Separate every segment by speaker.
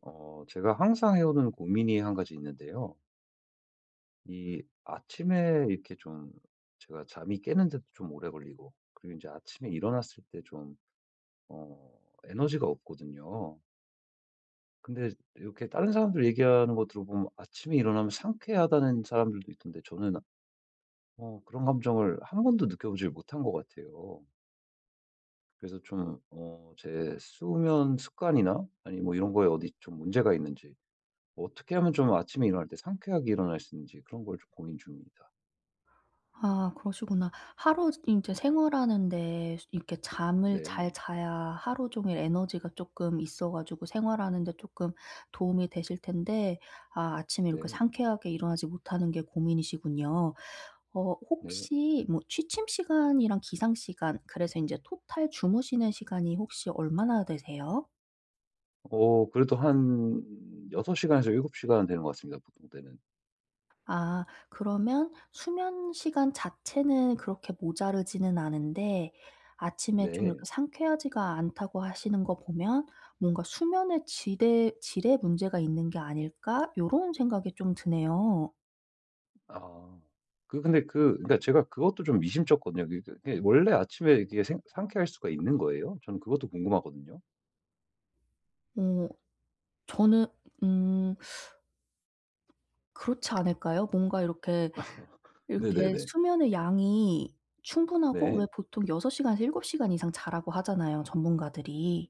Speaker 1: 제가 항상 해오는 고민이 한 가지 있는데요. 이 아침에 이렇게 좀 제가 잠이 깨는데도 좀 오래 걸리고, 그리고 이제 아침에 일어났을 때 좀, 어, 에너지가 없거든요. 근데 이렇게 다른 사람들 얘기하는 거 들어보면 아침에 일어나면 상쾌하다는 사람들도 있던데 저는 그런 감정을 한 번도 느껴보질 못한 것 같아요. 그래서 좀, 제 수면 습관이나 아니 뭐 이런 거에 어디 좀 문제가 있는지 어떻게 하면 좀 아침에 일어날 때 상쾌하게 일어날 수 있는지 그런 걸 좀 고민 중입니다.
Speaker 2: 아 그러시구나. 하루 이제 생활하는데 이렇게 잠을
Speaker 1: 네.
Speaker 2: 잘 자야 하루 종일 에너지가 조금 있어 가지고 생활하는 데 조금 도움이 되실 텐데, 아 아침에 이렇게
Speaker 1: 네.
Speaker 2: 상쾌하게 일어나지 못하는 게 고민이시군요.
Speaker 1: 네.
Speaker 2: 혹시 뭐 취침 시간이랑 기상 시간, 그래서 이제 토탈 주무시는 시간이 혹시 얼마나 되세요?
Speaker 1: 그래도 한 6 시간에서 7 시간 되는 것 같습니다, 보통 때는.
Speaker 2: 아 그러면 수면 시간 자체는 그렇게 모자르지는 않은데, 아침에 좀 이렇게
Speaker 1: 네.
Speaker 2: 상쾌하지가 않다고 하시는 거 보면, '뭔가 수면의 질에 문제가 있는 게 아닐까?' 요런 생각이 좀 드네요.
Speaker 1: 아. 그 근데 그 그러니까 제가 그것도 좀 미심쩍거든요. 그게 원래 아침에 이게 생 상쾌할 수가 있는 거예요? 저는 그것도 궁금하거든요.
Speaker 2: 어 저는, 음 그렇지 않을까요? 뭔가 이렇게
Speaker 1: 네네네.
Speaker 2: 수면의 양이 충분하고, 왜
Speaker 1: 네.
Speaker 2: 보통 6 시간에서 7 시간 이상 자라고 하잖아요, 전문가들이.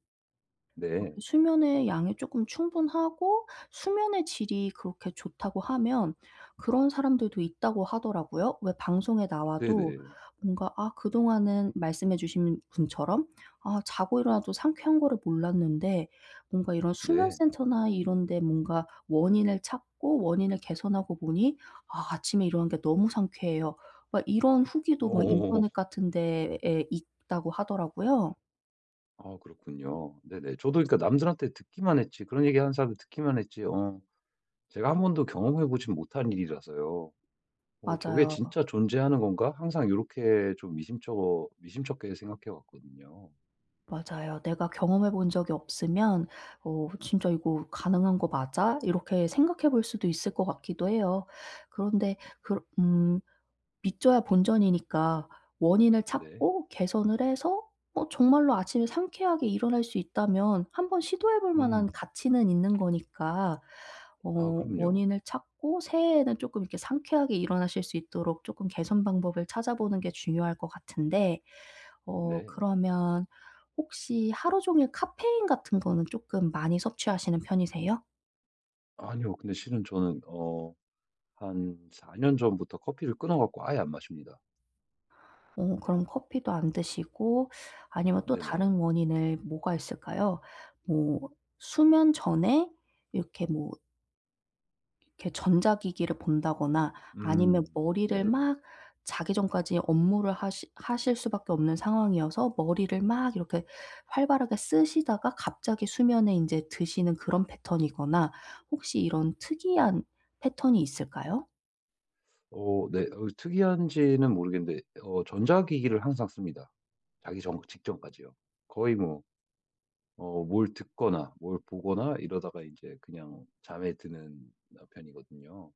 Speaker 2: 렇
Speaker 1: 네.
Speaker 2: 게 수면의 양이 조금 충분하고 수면의 질이 그렇게 좋다고 하면, 그런 사람들도 있다고 하더라고요. 왜 방송에 나와도
Speaker 1: 네네.
Speaker 2: 뭔가, 아 그동안은 말씀해 주신 분처럼, 아 자고 일어나도 상쾌한 거를 몰랐는데, 뭔가 이런 수면
Speaker 1: 네.
Speaker 2: 센터나 이런 데 뭔가 원인을 찾고 원인을 개선하고 보니, '아 아침에 일어나는 게 너무 상쾌해요.' 막 이런 후기도 막
Speaker 1: 오.
Speaker 2: 인터넷 같은 데에 있다고 하더라고요.
Speaker 1: 아 그렇군요. 네네. 저도 그러니까 남들한테 듣기만 했지 그런 얘기하는 사람들 듣기만 했지 어 제가 한 번도 경험해 보진 못한 일이라서요. '저게
Speaker 2: 맞아요.
Speaker 1: 진짜 존재하는 건가?' 항상 이렇게 좀 미심쩍어 미심쩍게 생각해 왔거든요.
Speaker 2: 맞아요. 내가 경험해 본 적이 없으면, '어 진짜 이거 가능한 거 맞아?' 이렇게 생각해 볼 수도 있을 것 같기도 해요. 그런데 그밑져야 본전이니까 원인을
Speaker 1: 네.
Speaker 2: 찾고 개선을 해서, 정말로 아침에 상쾌하게 일어날 수 있다면 한 번 시도해 볼 만한
Speaker 1: 음.
Speaker 2: 가치는 있는 거니까,
Speaker 1: 아 그럼요.
Speaker 2: 원인을 찾고 새해에는 조금 이렇게 상쾌하게 일어나실 수 있도록 조금 개선 방법을 찾아보는 게 중요할 것 같은데,
Speaker 1: 네.
Speaker 2: 그러면 혹시 하루 종일 카페인 같은 거는 쪼끔 많이 섭취하시는 편이세요?
Speaker 1: 아니요. 근데 실은 저는 어 한 4년 전부터 커피를 끊어 갖고 아예 안 마십니다.
Speaker 2: 그럼 커피도 안 드시고, 아니면 또 다른
Speaker 1: 네네.
Speaker 2: 원인을 뭐가 있을까요? 뭐 수면 전에 이렇게, 뭐 이렇게 전자기기를 본다거나, 아니면
Speaker 1: 음.
Speaker 2: 머리를
Speaker 1: 네.
Speaker 2: 막, 자기 전까지 업무를 하시 하실 수밖에 없는 상황이어서 머리를 막 이렇게 활발하게 쓰시다가 갑자기 수면에 인제 드시는 그런 패턴이거나, 혹시 이런 특이한 패턴이 있을까요?
Speaker 1: 어 네. 특이한지는 모르겠는데 전자기기를 항상 씁니다. 자기 전 직전까지요. 거의 뭐 어 뭘 듣거나 뭘 보거나 이러다가 이제 그냥 잠에 드는 아 편이거든요.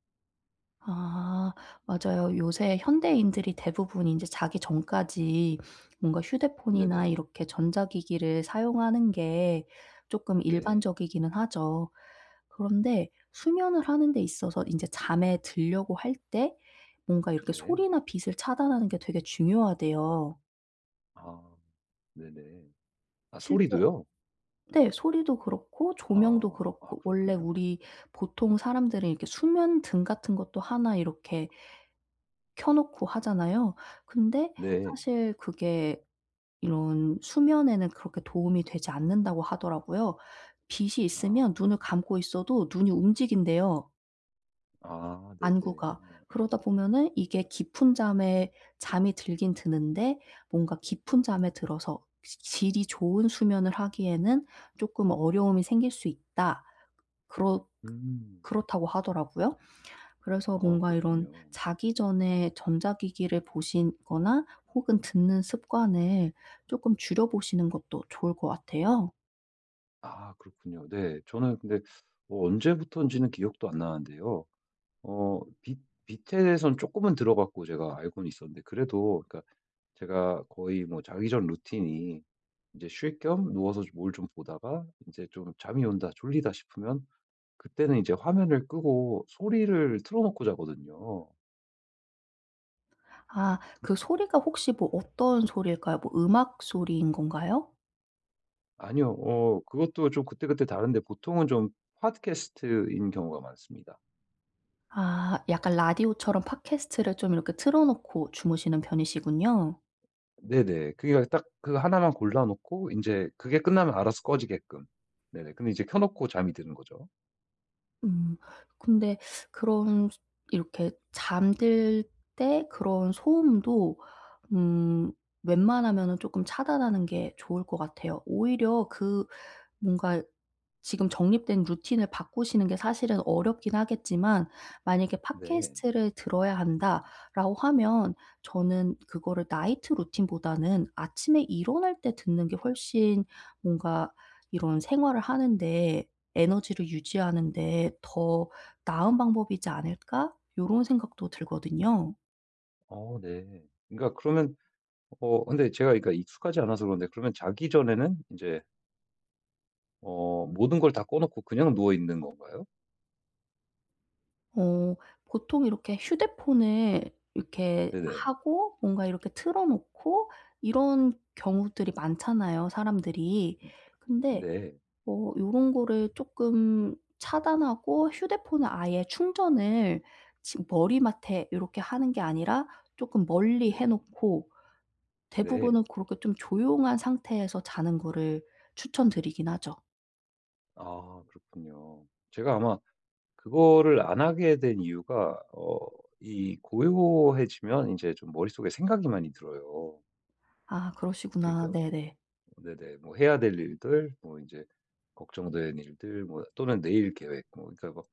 Speaker 2: 아 맞아요. 요새 현대인들이 대부분 인제 자기 전까지 뭔가 휴대폰이나
Speaker 1: 네네.
Speaker 2: 이렇게 전자기기를 사용하는 게 쪼끔
Speaker 1: 네.
Speaker 2: 일반적이기는 하죠. 그런데 수면을 하는 데 있어서 인제 잠에 들려고 할 때, 뭔가 이렇게
Speaker 1: 네.
Speaker 2: 소리나 빛을 차단하는 게 되게 중요하대요.
Speaker 1: 아 네네. 아
Speaker 2: 실제,
Speaker 1: 소리도요?
Speaker 2: 네, 소리도 그렇고 조명도
Speaker 1: 아. 아
Speaker 2: 그렇고, 원래
Speaker 1: 그렇군요.
Speaker 2: 우리 보통 사람들은 이렇게 수면등 같은 것도 하나 이렇게 켜 놓고 하잖아요. 근데
Speaker 1: 네.
Speaker 2: 사실 그게 이런 수면에는 그렇게 도움이 되지 않는다고 하더라고요. 빛이
Speaker 1: 아.
Speaker 2: 있으면 눈을 감고 있어도 눈이 움직인대요,
Speaker 1: 아
Speaker 2: 안구가.
Speaker 1: 네네.
Speaker 2: 그러다 보면은 이게 깊은 잠에 잠이 들긴 드는데, 뭔가 깊은 잠에 들어서 지 질이 좋은 수면을 하기에는 조금 어려움이 생길 수 있다, 그렇
Speaker 1: 음.
Speaker 2: 그렇다고 하더라고요. 그래서
Speaker 1: 아
Speaker 2: 뭔가 이런
Speaker 1: 그렇군요.
Speaker 2: 자기 전에 전자기기를 보시거나 혹은 듣는 습관을 조금 줄여 보시는 것도 좋을 것 같아요.
Speaker 1: 아 그렇군요. 네. 저는 근데 언제부터인지는 기억도 안 나는데요. 어 빗 빗에 대해서는 조금은 들어봤고 제가 알고는 있었는데 그래도 그러니까 제가 거의 뭐 자기 전 루틴이 이제 쉴 겸 누워서 뭘 좀 보다가 이제 좀 '잠이 온다. 졸리다.' 싶으면 그때는 이제 화면을 끄고 소리를 틀어 놓고 자거든요.
Speaker 2: 아 그 소리가 혹시 뭐 어떤 소리일까요? 뭐 음악 소리인 건가요?
Speaker 1: 아니요. 그것도 좀 그때그때 다른데 보통은 좀 팟캐스트인 경우가 많습니다.
Speaker 2: 아 약간 라디오처럼 팟캐스트를 좀 이렇게 틀어 놓고 주무시는 편이시군요.
Speaker 1: 네네. 그게 딱 그 하나만 골라 놓고 이제 그게 끝나면 알아서 꺼지게끔. 네네. 근데 이제 켜 놓고 잠이 드는 거죠.
Speaker 2: 음. 근데 그런 소, 이렇게 잠들 때 그런 소음도, 음 웬만하면은 조금 차단하는 게 좋을 것 같아요. 오히려 그 뭔가 지금 정립된 루틴을 바꾸시는 게 사실은 어렵긴 하겠지만, 만약에
Speaker 1: 네.
Speaker 2: '팟캐스트를 들어야 한다.'라고 하면 저는 그거를 나이트 루틴보다는 아침에 일어날 때 듣는 게 훨씬, 뭔가 이런 생활을 하는 데 에너지를 유지하는데 더 나은 방법이지 않을까?' 요런 생각도 들거든요.
Speaker 1: 어 네. 그러니까 그러면 근데 제가 그러니까 익숙하지 않아서 그런데 그러면 자기 전에는 인제 모든 걸 다 꺼 놓고 그냥 누워 있는 건가요?
Speaker 2: 어 보통 이렇게 휴대폰을 이렇게
Speaker 1: 네네.
Speaker 2: 하고 뭔가 이렇게 틀어 놓고 이런 경우들이 많잖아요, 사람들이.
Speaker 1: 음.
Speaker 2: 근데
Speaker 1: 네.
Speaker 2: 요런 거를 쪼끔 차단하고 휴대폰을 아예 충전을 지 머리맡에 요렇게 하는 게 아니라 쪼끔 멀리 해
Speaker 1: 네.
Speaker 2: 놓고, 대부분은
Speaker 1: 네.
Speaker 2: 그렇게 좀 조용한 상태에서 자는 거를 추천드리긴 하죠.
Speaker 1: 아 그렇군요. 제가 아마 그거를 안 하게 된 이유가 어 이 고요해지면 인제 좀 머릿속에 생각이 많이 들어요.
Speaker 2: 아 그러시구나.
Speaker 1: 그러니까
Speaker 2: 네네.
Speaker 1: 네네. 뭐 해야 될 일들 뭐 인제 걱정된 일들 뭐 또는 내일 계획 뭐 그러니까 막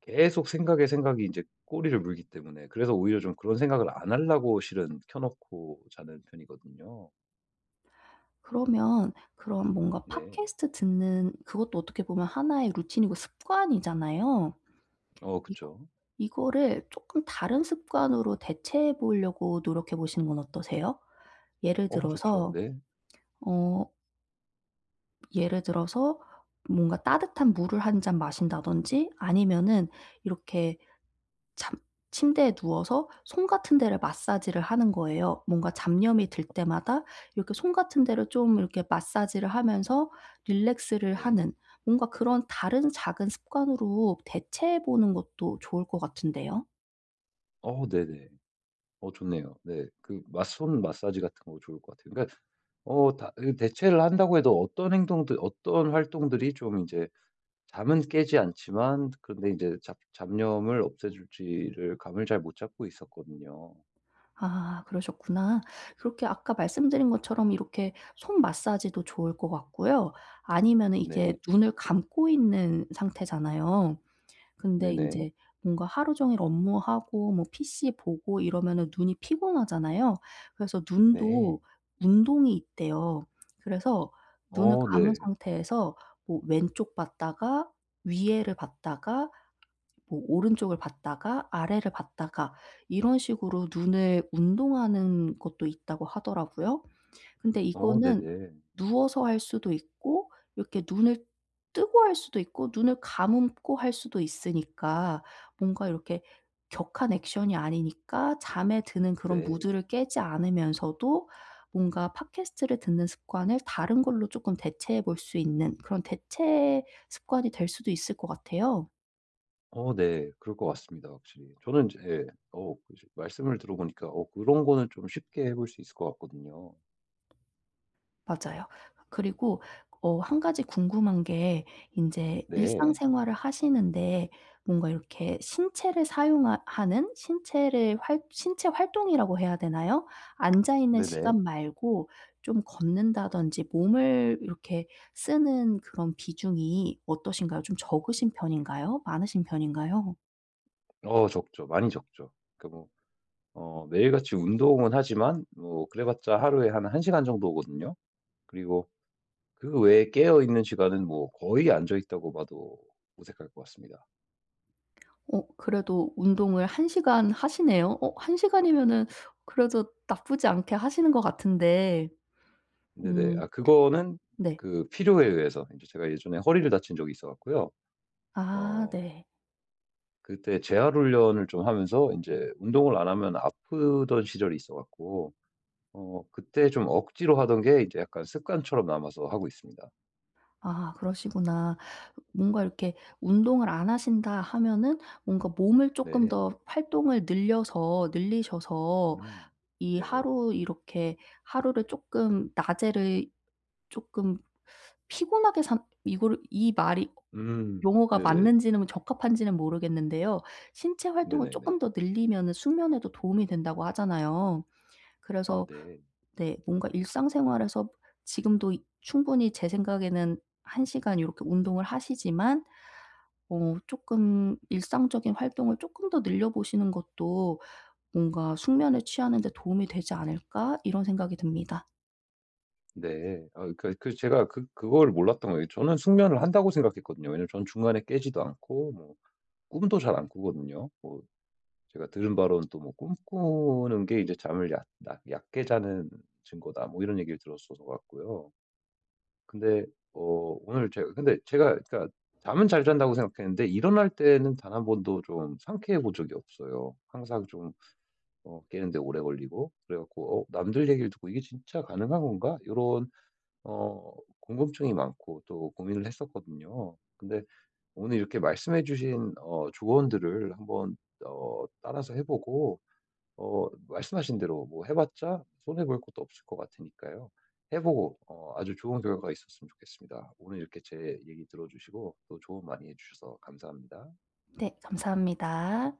Speaker 1: 계속 생각에 생각이 이제 꼬리를 물기 때문에 그래서 오히려 좀 그런 생각을 안 하려고 실은 켜 놓고 자는 편이거든요.
Speaker 2: 그러면 그런 뭔가
Speaker 1: 네.
Speaker 2: 팟캐스트 듣는 그것도 어떻게 보면 하나의 루틴이고 습관이잖아요.
Speaker 1: 어
Speaker 2: 이거
Speaker 1: 그쵸.
Speaker 2: 이거를 쪼끔 다른 습관으로 대체해 보려고 노력해 보시는 건 어떠세요? 예를
Speaker 1: 어 좋죠.
Speaker 2: 들어서
Speaker 1: 네.
Speaker 2: 어 예를 들어서 뭔가 따뜻한 물을 한 잔 마신다든지 아니면은, 이렇게 잠, 침대에 누워서 손 같은 데를 마사지를 하는 거예요. 뭔가 잡념이 들 때마다 이렇게 손 같은 데를 좀 이렇게 마사지를 하면서 릴렉스를
Speaker 1: 네.
Speaker 2: 하는, 뭔가 그런 다른 작은 습관으로 대체해 보는 것도 좋을 것 같은데요.
Speaker 1: 어 네네. 어 좋네요. 네. 그 마 손 마사지 같은 거 좋을 것 같아요. 그러니까 어 다 그 대체를 한다고 해도 어떤 행동들 어떤 활동들이 좀 이제 잠은 깨지 않지만 그런데 이제 잡 잡념을 없애줄지를 감을 잘 못 잡고 있었거든요.
Speaker 2: 아 그러셨구나. 그렇게 아까 말씀드린 것처럼 이렇게 손 마사지도 좋을 것 같고요. 아니면은 이게
Speaker 1: 네.
Speaker 2: 눈을 감고 있는 상태잖아요. 근데
Speaker 1: 네네.
Speaker 2: 인제 뭔가 하루 종일 업무하고 뭐 PC 보고 이러면은 눈이 피곤하잖아요. 그래서 눈도
Speaker 1: 네.
Speaker 2: 운동이 있대요. 그래서 눈을
Speaker 1: 어
Speaker 2: 감은
Speaker 1: 네.
Speaker 2: 상태에서 뭐 왼쪽 봤다가, 위에를 봤다가, 뭐 오른쪽을 봤다가, 아래를 봤다가, 이런 식으로 눈을 운동하는 것도 있다고 하더라고요. 근데
Speaker 1: 어
Speaker 2: 이거는
Speaker 1: 네네.
Speaker 2: 누워서 할 수도 있고 이렇게 눈을 뜨고 할 수도 있고 눈을 감음고 할 수도 있으니까, 뭔가 이렇게 격한 액션이 아니니까 잠에 드는 그런
Speaker 1: 네.
Speaker 2: 무드를 깨지 않으면서도 뭔가 팟캐스트를 듣는 습관을 다른 걸로 조금 대체해 볼 수 있는 그런 대체 습관이 될 수도 있을 것 같아요.
Speaker 1: 어 네. 그럴 것 같습니다 확실히. 저는 이제 예 말씀을 들어보니까 그런 거는 좀 쉽게 해볼 수 있을 것 같거든요.
Speaker 2: 맞아요. 그리고 한 가지 궁금한 게 인제
Speaker 1: 네.
Speaker 2: 일상생활을 하시는데, 뭔가 이렇게 신체를 사용하 는 신체를 활 신체 활동이라고 해야 되나요? 앉아 있는
Speaker 1: 네네.
Speaker 2: 시간 말고 좀 걷는다든지 몸을 이렇게 쓰는 그런 비중이 어떠신가요? 좀 적으신 편인가요? 많으신 편인가요?
Speaker 1: 어 적죠. 많이 적죠. 그러니까 뭐 매일같이 운동은 하지만 뭐 그래 봤자 하루에 한 1 시간 정도거든요. 그리고 그 외에 깨어 있는 시간은 뭐 거의 앉아 있다고 봐도 무색할 것 같습니다.
Speaker 2: 그래도 운동을 한 시간 하시네요. 한 시간이면은 그래도 나쁘지 않게 하시는 것 같은데.
Speaker 1: 네네.
Speaker 2: 음.
Speaker 1: 아 그거는
Speaker 2: 네.
Speaker 1: 그 필요에 의해서 이제 제가 예전에 허리를 다친 적이 있어 갖고요.
Speaker 2: 아
Speaker 1: 어
Speaker 2: 네.
Speaker 1: 그때 재활 훈련을 좀 하면서 이제 운동을 안 하면 아프던 시절이 있어 갖고 그때 좀 억지로 하던 게 이제 약간 습관처럼 남아서 하고 있습니다.
Speaker 2: 아 그러시구나. 뭔가 이렇게 '운동을 안 하신다.' 하면은, 뭔가 몸을 쪼끔
Speaker 1: 네.
Speaker 2: 더 활동을 늘려서 늘리셔서
Speaker 1: 음.
Speaker 2: 이
Speaker 1: 네.
Speaker 2: 하루 이렇게 하루를 쪼끔 낮에를 쪼끔 피곤하게 산, 이거를, 이 말이
Speaker 1: 음.
Speaker 2: 용어가
Speaker 1: 네네.
Speaker 2: 맞는지는 적합한지는 모르겠는데요. 신체 활동을
Speaker 1: 네네네.
Speaker 2: 쪼끔 더 늘리면은 숙면에도 도움이 된다고 하잖아요.
Speaker 1: 아
Speaker 2: 그래서,
Speaker 1: 네.
Speaker 2: 네. 뭔가 일상생활에서 지금도 이 충분히 제 생각에는 1 시간 이렇게 운동을 하시지만, 조금 일상적인 활동을 조금 더 늘려 보시는 것도 뭔가 '숙면에 취하는 데 도움이 되지 않을까?' 이런 생각이 듭니다.
Speaker 1: 네. 아 제가 그걸 몰랐던 거예요. 저는 숙면을 한다고 생각했거든요. 왜냐면 전 중간에 깨지도 않고 뭐 꿈도 잘 안 꾸거든요. 뭐 제가 들은 바로는 또 뭐 "꿈꾸는 게 이제 잠을 얕 낮 얕게 자는 증거다." 뭐 이런 얘기를 들었어서 같고요. 근데 어 오늘 제가 근데 제가 그러니까 잠은 잘 잔다고 생각했는데 일어날 때는 단 한 번도 좀 상쾌해 본 적이 없어요. 항상 좀 깨는데 오래 걸리고 그래 갖고 어 남들 얘기를 듣고 '이게 진짜 가능한 건가?' 이런 어 궁금증이 많고 또 고민을 했었거든요. 근데 오늘 이렇게 말씀해 주신 조언들을 한번 따라서 해 보고 말씀하신 대로 뭐 해 봤자 손해 볼 것도 없을 것 같으니까요. 해 보고 아주 좋은 결과가 있었으면 좋겠습니다. 오늘 이렇게 제 얘기 들어 주시고 또 조언 많이 해 주셔서 감사합니다.
Speaker 2: 네. 감사합니다.